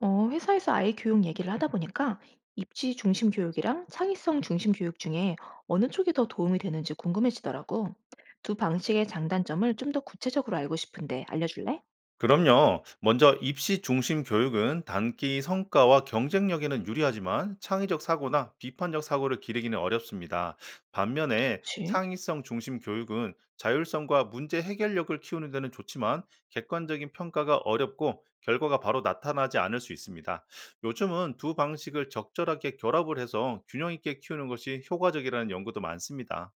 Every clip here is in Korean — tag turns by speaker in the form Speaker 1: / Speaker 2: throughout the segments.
Speaker 1: 회사에서 아이 교육 얘기를 하다 보니까 입시 중심 교육이랑 창의성 중심 교육 중에 어느 쪽이 더 도움이 되는지 궁금해지더라고. 두 방식의 장단점을 좀 더 구체적으로 알고 싶은데 알려줄래?
Speaker 2: 그럼요. 먼저 입시 중심 교육은 단기 성과와 경쟁력에는 유리하지만 창의적 사고나 비판적 사고를 기르기는 어렵습니다. 반면에
Speaker 1: 그치?
Speaker 2: 창의성 중심 교육은 자율성과 문제 해결력을 키우는 데는 좋지만 객관적인 평가가 어렵고 결과가 바로 나타나지 않을 수 있습니다. 요즘은 두 방식을 적절하게 결합을 해서 균형 있게 키우는 것이 효과적이라는 연구도 많습니다.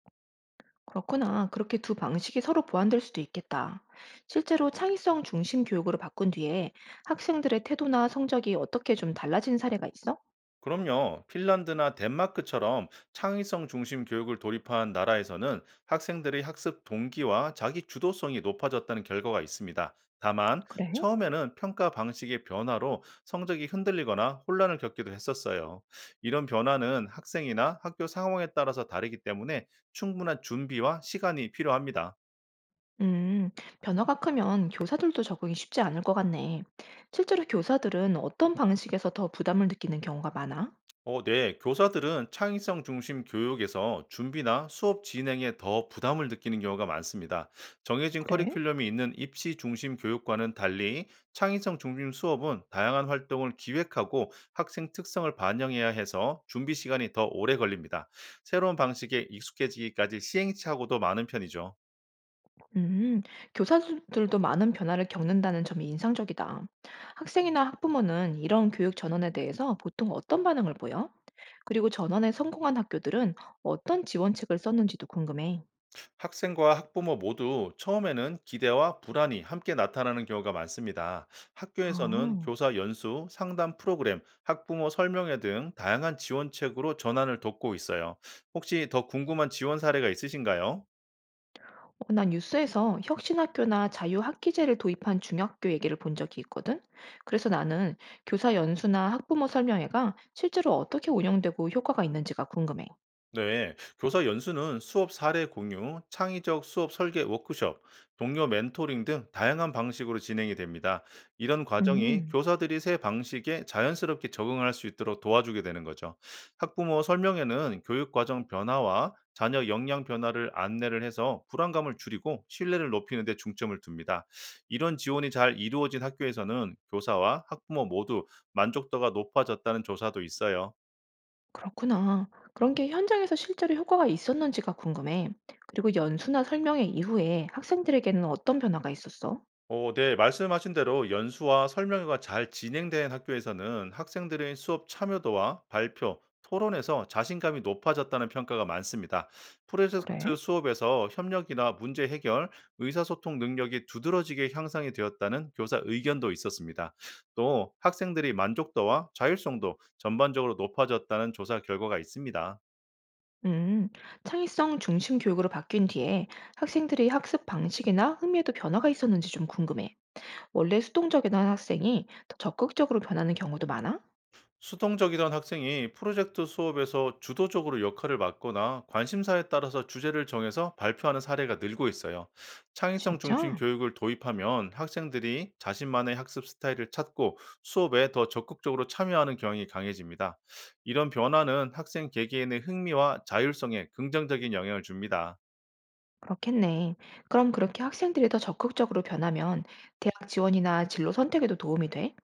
Speaker 1: 그렇구나. 그렇게 두 방식이 서로 보완될 수도 있겠다. 실제로 창의성 중심 교육으로 바꾼 뒤에 학생들의 태도나 성적이 어떻게 좀 달라진 사례가 있어?
Speaker 2: 그럼요. 핀란드나 덴마크처럼 창의성 중심 교육을 도입한 나라에서는 학생들의 학습 동기와 자기 주도성이 높아졌다는 결과가 있습니다. 다만,
Speaker 1: 그래.
Speaker 2: 처음에는 평가 방식의 변화로 성적이 흔들리거나 혼란을 겪기도 했었어요. 이런 변화는 학생이나 학교 상황에 따라서 다르기 때문에 충분한 준비와 시간이 필요합니다.
Speaker 1: 음, 변화가 크면 교사들도 적응이 쉽지 않을 것 같네. 실제로 교사들은 어떤 방식에서 더 부담을 느끼는 경우가 많아?
Speaker 2: 네. 교사들은 창의성 중심 교육에서 준비나 수업 진행에 더 부담을 느끼는 경우가 많습니다. 정해진
Speaker 1: 그래?
Speaker 2: 커리큘럼이 있는 입시 중심 교육과는 달리 창의성 중심 수업은 다양한 활동을 기획하고 학생 특성을 반영해야 해서 준비 시간이 더 오래 걸립니다. 새로운 방식에 익숙해지기까지 시행착오도 많은 편이죠.
Speaker 1: 음, 교사들도 많은 변화를 겪는다는 점이 인상적이다. 학생이나 학부모는 이런 교육 전환에 대해서 보통 어떤 반응을 보여? 그리고 전환에 성공한 학교들은 어떤 지원책을 썼는지도 궁금해.
Speaker 2: 학생과 학부모 모두 처음에는 기대와 불안이 함께 나타나는 경우가 많습니다. 학교에서는
Speaker 1: 아.
Speaker 2: 교사 연수, 상담 프로그램, 학부모 설명회 등 다양한 지원책으로 전환을 돕고 있어요. 혹시 더 궁금한 지원 사례가 있으신가요?
Speaker 1: 난 뉴스에서 혁신학교나 자유학기제를 도입한 중학교 얘기를 본 적이 있거든. 그래서 나는 교사 연수나 학부모 설명회가 실제로 어떻게 운영되고 효과가 있는지가 궁금해.
Speaker 2: 네, 교사 연수는 수업 사례 공유, 창의적 수업 설계 워크숍, 동료 멘토링 등 다양한 방식으로 진행이 됩니다. 이런 과정이
Speaker 1: 음,
Speaker 2: 교사들이 새 방식에 자연스럽게 적응할 수 있도록 도와주게 되는 거죠. 학부모 설명회는 교육 과정 변화와 자녀 역량 변화를 안내를 해서 불안감을 줄이고 신뢰를 높이는 데 중점을 둡니다. 이런 지원이 잘 이루어진 학교에서는 교사와 학부모 모두 만족도가 높아졌다는 조사도 있어요.
Speaker 1: 그렇구나. 그런 게 현장에서 실제로 효과가 있었는지가 궁금해. 그리고 연수나 설명회 이후에 학생들에게는 어떤 변화가 있었어?
Speaker 2: 어 네. 말씀하신 대로 연수와 설명회가 잘 진행된 학교에서는 학생들의 수업 참여도와 발표, 토론에서 자신감이 높아졌다는 평가가 많습니다.
Speaker 1: 그래?
Speaker 2: 프로젝트 수업에서 협력이나 문제 해결, 의사소통 능력이 두드러지게 향상이 되었다는 교사 의견도 있었습니다. 또 학생들이 만족도와 자율성도 전반적으로 높아졌다는 조사 결과가 있습니다.
Speaker 1: 음, 창의성 중심 교육으로 바뀐 뒤에 학생들의 학습 방식이나 흥미에도 변화가 있었는지 좀 궁금해. 원래 수동적인 한 학생이 더 적극적으로 변하는 경우도 많아?
Speaker 2: 수동적이던 학생이 프로젝트 수업에서 주도적으로 역할을 맡거나 관심사에 따라서 주제를 정해서 발표하는 사례가 늘고 있어요. 창의성 중심
Speaker 1: 진짜?
Speaker 2: 교육을 도입하면 학생들이 자신만의 학습 스타일을 찾고 수업에 더 적극적으로 참여하는 경향이 강해집니다. 이런 변화는 학생 개개인의 흥미와 자율성에 긍정적인 영향을 줍니다.
Speaker 1: 그렇겠네. 그럼 그렇게 학생들이 더 적극적으로 변하면 대학 지원이나 진로 선택에도 도움이 돼?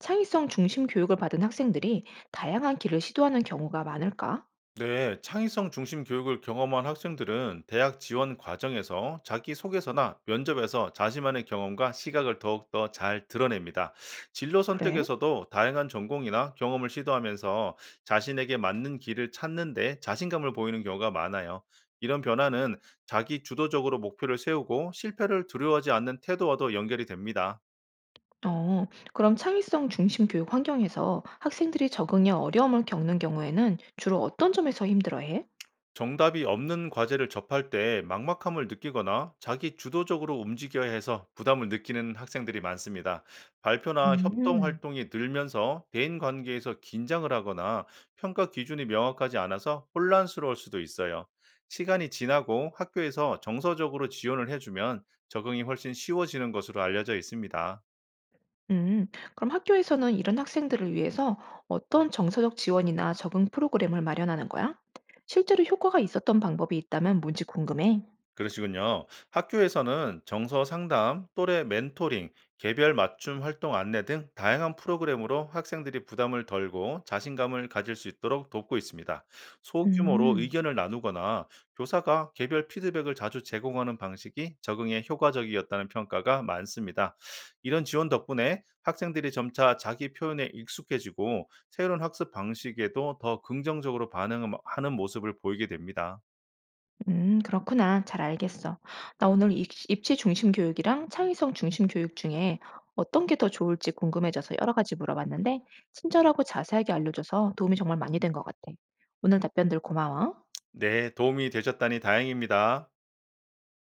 Speaker 1: 창의성 중심 교육을 받은 학생들이 다양한 길을 시도하는 경우가 많을까?
Speaker 2: 네, 창의성 중심 교육을 경험한 학생들은 대학 지원 과정에서 자기 소개서나 면접에서 자신만의 경험과 시각을 더욱더 잘 드러냅니다. 진로
Speaker 1: 그래?
Speaker 2: 선택에서도 다양한 전공이나 경험을 시도하면서 자신에게 맞는 길을 찾는데 자신감을 보이는 경우가 많아요. 이런 변화는 자기 주도적으로 목표를 세우고 실패를 두려워하지 않는 태도와도 연결이 됩니다.
Speaker 1: 어, 그럼 창의성 중심 교육 환경에서 학생들이 적응에 어려움을 겪는 경우에는 주로 어떤 점에서 힘들어해?
Speaker 2: 정답이 없는 과제를 접할 때 막막함을 느끼거나 자기 주도적으로 움직여야 해서 부담을 느끼는 학생들이 많습니다. 발표나 협동
Speaker 1: 음.
Speaker 2: 활동이 늘면서 대인 관계에서 긴장을 하거나 평가 기준이 명확하지 않아서 혼란스러울 수도 있어요. 시간이 지나고 학교에서 정서적으로 지원을 해주면 적응이 훨씬 쉬워지는 것으로 알려져 있습니다.
Speaker 1: 음, 그럼 학교에서는 이런 학생들을 위해서 어떤 정서적 지원이나 적응 프로그램을 마련하는 거야? 실제로 효과가 있었던 방법이 있다면 뭔지 궁금해.
Speaker 2: 그러시군요. 학교에서는 정서 상담, 또래 멘토링, 개별 맞춤 활동 안내 등 다양한 프로그램으로 학생들이 부담을 덜고 자신감을 가질 수 있도록 돕고 있습니다. 소규모로
Speaker 1: 음,
Speaker 2: 의견을 나누거나 교사가 개별 피드백을 자주 제공하는 방식이 적응에 효과적이었다는 평가가 많습니다. 이런 지원 덕분에 학생들이 점차 자기 표현에 익숙해지고 새로운 학습 방식에도 더 긍정적으로 반응하는 모습을 보이게 됩니다.
Speaker 1: 그렇구나. 잘 알겠어. 나 오늘 입시 중심 교육이랑 창의성 중심 교육 중에 어떤 게 더 좋을지 궁금해져서 여러 가지 물어봤는데, 친절하고 자세하게 알려줘서 도움이 정말 많이 된 것 같아. 오늘 답변들 고마워.
Speaker 2: 네, 도움이 되셨다니 다행입니다.